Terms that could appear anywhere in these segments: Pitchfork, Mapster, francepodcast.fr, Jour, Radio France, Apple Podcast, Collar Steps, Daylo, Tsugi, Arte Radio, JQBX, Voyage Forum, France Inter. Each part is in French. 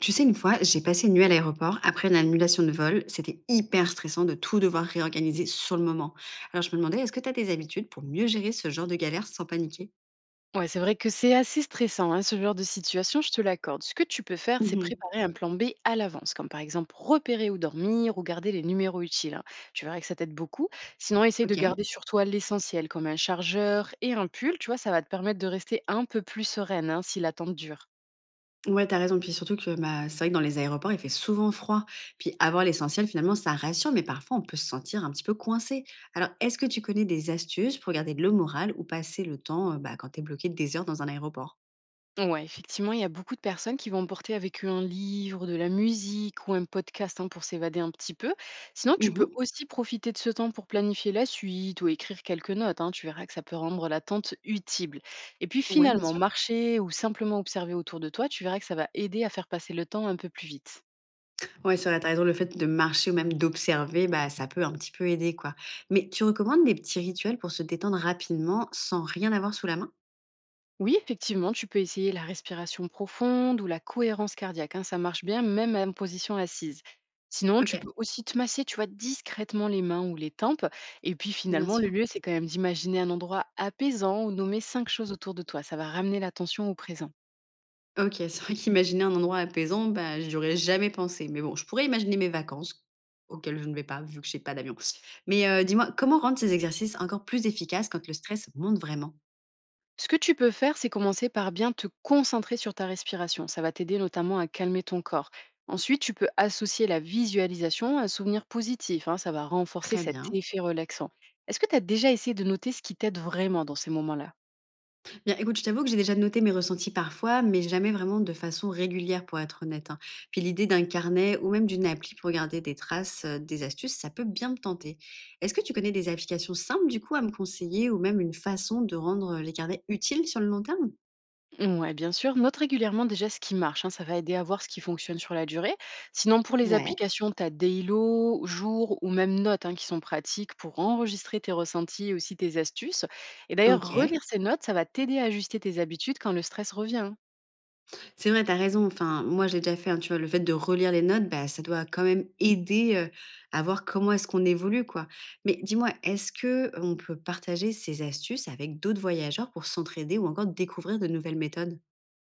Tu sais, une fois, j'ai passé une nuit à l'aéroport après une annulation de vol. C'était hyper stressant de tout devoir réorganiser sur le moment. Alors, je me demandais, est-ce que tu as des habitudes pour mieux gérer ce genre de galère sans paniquer. Ouais, c'est vrai que c'est assez stressant, hein, ce genre de situation, je te l'accorde. Ce que tu peux faire, c'est Mhm. préparer un plan B à l'avance, comme par exemple repérer où dormir ou garder les numéros utiles. Hein. Tu verras que ça t'aide beaucoup. Sinon, essaye Ok. de garder sur toi l'essentiel, comme un chargeur et un pull. Tu vois, ça va te permettre de rester un peu plus sereine, hein, si l'attente dure. Ouais, t'as raison. Puis surtout que bah, c'est vrai que dans les aéroports, il fait souvent froid. Puis avoir l'essentiel, finalement, ça rassure, mais parfois, on peut se sentir un petit peu coincé. Alors, est-ce que tu connais des astuces pour garder le moral ou passer le temps bah, quand t'es bloqué des heures dans un aéroport? Ouais, effectivement, il y a beaucoup de personnes qui vont porter avec eux un livre, de la musique ou un podcast, hein, pour s'évader un petit peu. Sinon, tu peux Oui, aussi profiter de ce temps pour planifier la suite ou écrire quelques notes. Hein, tu verras que ça peut rendre l'attente utile. Et puis ouais, bien finalement, sûr. marcher ou simplement observer autour de toi, tu verras que ça va aider à faire passer le temps un peu plus vite. Ouais, c'est vrai, tu raison, le fait de marcher ou même d'observer, bah, ça peut un petit peu aider, quoi. Mais tu recommandes des petits rituels pour se détendre rapidement sans rien avoir sous la main? Oui, effectivement, tu peux essayer la respiration profonde ou la cohérence cardiaque. Hein, ça marche bien, même en position assise. Sinon, Ok. tu peux aussi te masser, tu vois, discrètement les mains ou les tempes. Et puis Bien finalement, le sûr. lieu, c'est quand même d'imaginer un endroit apaisant ou nommer 5 choses autour de toi. Ça va ramener l'attention au présent. OK, c'est vrai qu'imaginer un endroit apaisant, bah, j'y aurais jamais pensé. Mais bon, je pourrais imaginer mes vacances, auxquelles je ne vais pas, vu que je n'ai pas d'avion. Mais, dis-moi, comment rendre ces exercices encore plus efficaces quand le stress monte vraiment? Ce que tu peux faire, c'est commencer par bien te concentrer sur ta respiration. Ça va t'aider notamment à calmer ton corps. Ensuite, tu peux associer la visualisation à un souvenir positif. Hein, ça va renforcer Très cet bien. effet relaxant. Est-ce que tu as déjà essayé de noter ce qui t'aide vraiment dans ces moments-là? Bien, écoute, je t'avoue que j'ai déjà noté mes ressentis parfois, mais jamais vraiment de façon régulière, pour être honnête, hein. Puis l'idée d'un carnet ou même d'une appli pour garder des traces, des astuces, ça peut bien me tenter. Est-ce que tu connais des applications simples, du coup, à me conseiller ou même une façon de rendre les carnets utiles sur le long terme? Ouais, bien sûr. Note régulièrement déjà ce qui marche. Hein, ça va aider à voir ce qui fonctionne sur la durée. Sinon, pour les Ouais. applications, tu as Daylo, Jour ou même Notes, hein, qui sont pratiques pour enregistrer tes ressentis et aussi tes astuces. Et d'ailleurs, Ok. relire ces notes, ça va t'aider à ajuster tes habitudes quand le stress revient. Hein. C'est vrai, t'as raison. Enfin, moi, je l'ai déjà fait, hein, tu vois? Le fait de relire les notes, bah, ça doit quand même aider, à voir comment est-ce qu'on évolue, quoi. Mais dis-moi, est-ce que on peut partager ces astuces avec d'autres voyageurs pour s'entraider ou encore découvrir de nouvelles méthodes?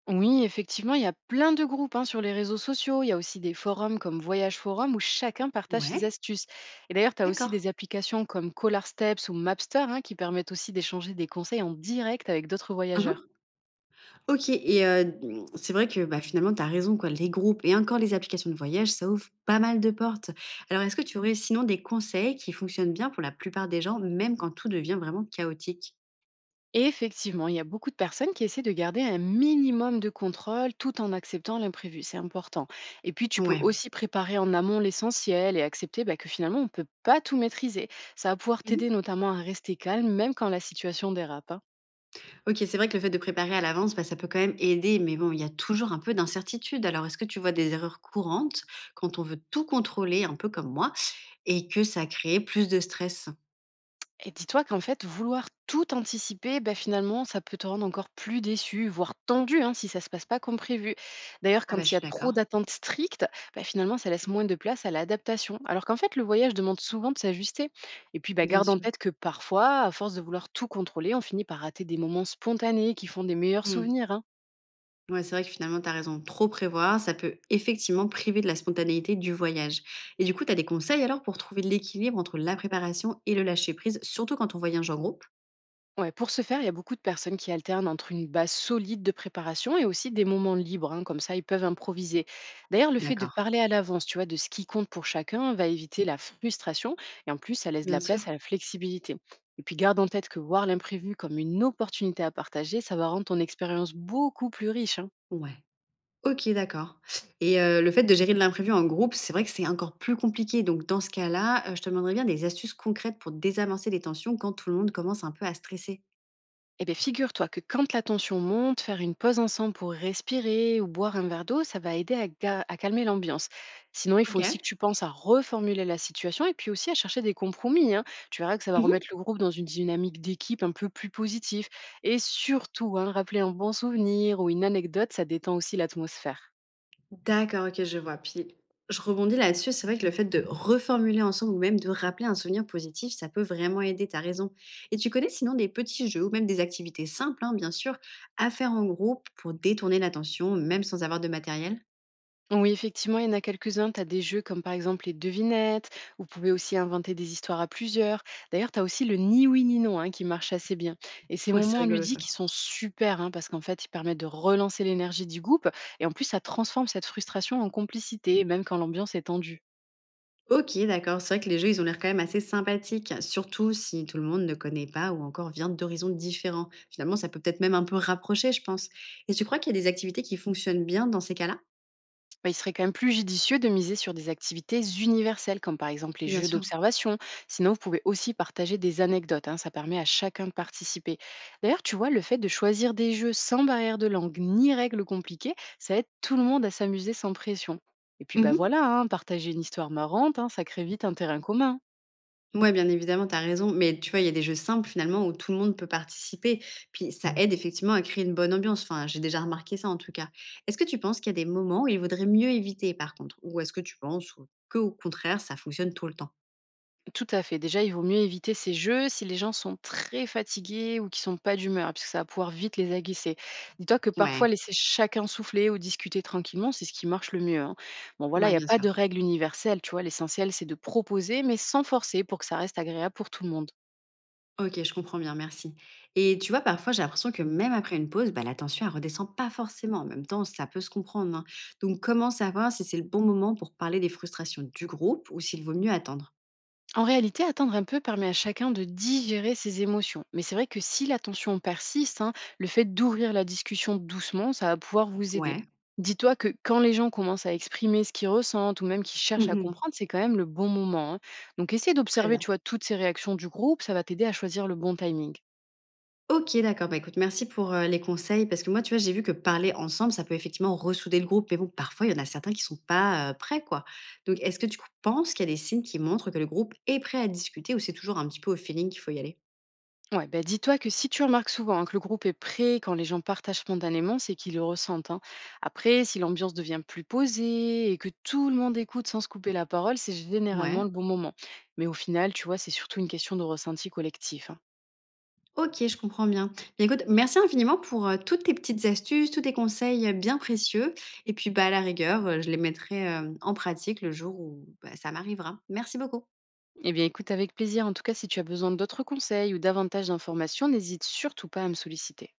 Oui, effectivement, il y a plein de groupes, hein, sur les réseaux sociaux. Il y a aussi des forums comme Voyage Forum où chacun partage ses Ouais, astuces. Et d'ailleurs, tu as aussi d'accord. des applications comme Collar Steps ou Mapster, hein, qui permettent aussi d'échanger des conseils en direct avec d'autres Hein, hein. voyageurs. OK et c'est vrai que, bah, finalement, tu as raison, quoi. Les groupes et encore les applications de voyage, ça ouvre pas mal de portes. Alors est-ce que tu aurais sinon des conseils qui fonctionnent bien pour la plupart des gens, même quand tout devient vraiment chaotique? Et effectivement, il y a beaucoup de personnes qui essaient de garder un minimum de contrôle tout en acceptant l'imprévu. C'est important. Et puis, tu peux Ouais. aussi préparer en amont l'essentiel et accepter bah, que finalement, on ne peut pas tout maîtriser. Ça va pouvoir Mmh. t'aider notamment à rester calme, même quand la situation dérape. Hein. OK, c'est vrai que le fait de préparer à l'avance, bah, ça peut quand même aider, mais bon, il y a toujours un peu d'incertitude. Alors, est-ce que tu vois des erreurs courantes quand on veut tout contrôler, un peu comme moi, et que ça crée plus de stress? Et dis-toi qu'en fait, vouloir tout anticiper, bah, finalement, ça peut te rendre encore plus déçu, voire tendu, hein, si ça se passe pas comme prévu. D'ailleurs, Ah bah, je quand il y suis a trop d'accord, d'attentes strictes, bah, finalement, ça laisse moins de place à l'adaptation. Alors qu'en fait, le voyage demande souvent de s'ajuster. Et puis, bah, bien garde en sûr. tête que parfois, à force de vouloir tout contrôler, on finit par rater des moments spontanés qui font des meilleurs Mmh. souvenirs. Hein. Ouais, c'est vrai que finalement, tu as raison. Trop prévoir, ça peut effectivement priver de la spontanéité du voyage. Et du coup, tu as des conseils alors pour trouver l'équilibre entre la préparation et le lâcher prise, surtout quand on voyage en groupe? Ouais, pour ce faire, il y a beaucoup de personnes qui alternent entre une base solide de préparation et aussi des moments libres. Hein, comme ça, ils peuvent improviser. D'ailleurs, le fait de D'accord, parler à l'avance, tu vois, de ce qui compte pour chacun, va éviter la frustration et en plus, ça laisse de bien la place sûr. à la flexibilité. Et puis, garde en tête que voir l'imprévu comme une opportunité à partager, ça va rendre ton expérience beaucoup plus riche. Hein. Ouais. OK, d'accord, et le fait de gérer de l'imprévu en groupe, c'est vrai que c'est encore plus compliqué donc dans ce cas-là, je te demanderais bien des astuces concrètes pour désamorcer les tensions quand tout le monde commence un peu à stresser? Eh bien, figure-toi que quand la tension monte, faire une pause ensemble pour respirer ou boire un verre d'eau, ça va aider à, à calmer l'ambiance. Sinon, il faut aussi que OK. tu penses à reformuler la situation et puis aussi à chercher des compromis. Hein. Tu verras que ça va Mmh. remettre le groupe dans une dynamique d'équipe un peu plus positive. Et surtout, hein, rappeler un bon souvenir ou une anecdote, ça détend aussi l'atmosphère. D'accord, OK, je vois. Puis, je rebondis là-dessus, c'est vrai que le fait de reformuler ensemble ou même de rappeler un souvenir positif, ça peut vraiment aider, t'as raison, et tu connais sinon des petits jeux ou même des activités simples, hein, bien sûr, à faire en groupe pour détourner l'attention, même sans avoir de matériel? Oui, effectivement, il y en a quelques-uns. Tu as des jeux comme par exemple les devinettes. Vous pouvez aussi inventer des histoires à plusieurs. D'ailleurs, tu as aussi le ni oui ni non, hein, qui marche assez bien. Et ces Ouais, c'est moments rigolo ça. ludiques, ils sont super, hein, parce qu'en fait, ils permettent de relancer l'énergie du groupe. Et en plus, ça transforme cette frustration en complicité, même quand l'ambiance est tendue. OK, d'accord. C'est vrai que les jeux, ils ont l'air quand même assez sympathiques, surtout si tout le monde ne connaît pas ou encore vient d'horizons différents. Finalement, ça peut peut-être même un peu rapprocher, je pense. Et tu crois qu'il y a des activités qui fonctionnent bien dans ces cas-là? Bah, il serait quand même plus judicieux de miser sur des activités universelles, comme par exemple les Bien jeux sûr. d'observation. Sinon, vous pouvez aussi partager des anecdotes. Hein, ça permet à chacun de participer. D'ailleurs, tu vois, le fait de choisir des jeux sans barrière de langue ni règles compliquées, ça aide tout le monde à s'amuser sans pression. Et puis, bah Mmh. voilà, hein, partager une histoire marrante, hein, ça crée vite un terrain commun. Ouais, bien évidemment, tu as raison. Mais tu vois, il y a des jeux simples finalement où tout le monde peut participer. Puis ça aide effectivement à créer une bonne ambiance. Enfin, j'ai déjà remarqué ça en tout cas. Est-ce que tu penses qu'il y a des moments où il vaudrait mieux éviter par contre? Ou est-ce que tu penses que au contraire, ça fonctionne tout le temps? Tout à fait. Déjà, il vaut mieux éviter ces jeux si les gens sont très fatigués ou qui sont pas d'humeur, puisque ça va pouvoir vite les agacer. Dis-toi que parfois, Ouais, laisser chacun souffler ou discuter tranquillement, c'est ce qui marche le mieux. Hein. Bon, voilà, il ouais, n'y a bien pas sûr. de règle universelle, tu vois. L'essentiel, c'est de proposer, mais sans forcer pour que ça reste agréable pour tout le monde. OK, je comprends bien, merci. Et tu vois, parfois, j'ai l'impression que même après une pause, bah, la tension, elle redescend pas forcément. En même temps, ça peut se comprendre, hein. Donc, comment savoir si c'est le bon moment pour parler des frustrations du groupe ou s'il vaut mieux attendre? En réalité, attendre un peu permet à chacun de digérer ses émotions. Mais c'est vrai que si la tension persiste, hein, le fait d'ouvrir la discussion doucement, ça va pouvoir vous aider. Ouais. Dis-toi que quand les gens commencent à exprimer ce qu'ils ressentent ou même qu'ils cherchent à Mhm. comprendre, c'est quand même le bon moment. Hein. Donc essaie Très d'observer, bien. tu vois, toutes ces réactions du groupe, ça va t'aider à choisir le bon timing. Ok, d'accord. Bah, écoute, merci pour les conseils. Parce que moi, tu vois, j'ai vu que parler ensemble, ça peut effectivement ressouder le groupe. Mais bon, parfois, il y en a certains qui sont pas prêts, quoi. Donc, est-ce que tu penses qu'il y a des signes qui montrent que le groupe est prêt à discuter ou c'est toujours un petit peu au feeling qu'il faut y aller? Ouais, bah dis-toi que si tu remarques souvent, hein, que le groupe est prêt quand les gens partagent spontanément, c'est qu'ils le ressentent. Hein. Après, si l'ambiance devient plus posée et que tout le monde écoute sans se couper la parole, c'est généralement Ouais. le bon moment. Mais au final, tu vois, c'est surtout une question de ressenti collectif. Hein. OK, je comprends bien. Bien écoute, merci infiniment pour, toutes tes petites astuces, tous tes conseils, bien précieux, et puis, bah, à la rigueur, je les mettrai, en pratique le jour où, bah, ça m'arrivera. Merci beaucoup. Eh bien, écoute avec plaisir. En tout cas, si tu as besoin d'autres conseils ou davantage d'informations, n'hésite surtout pas à me solliciter.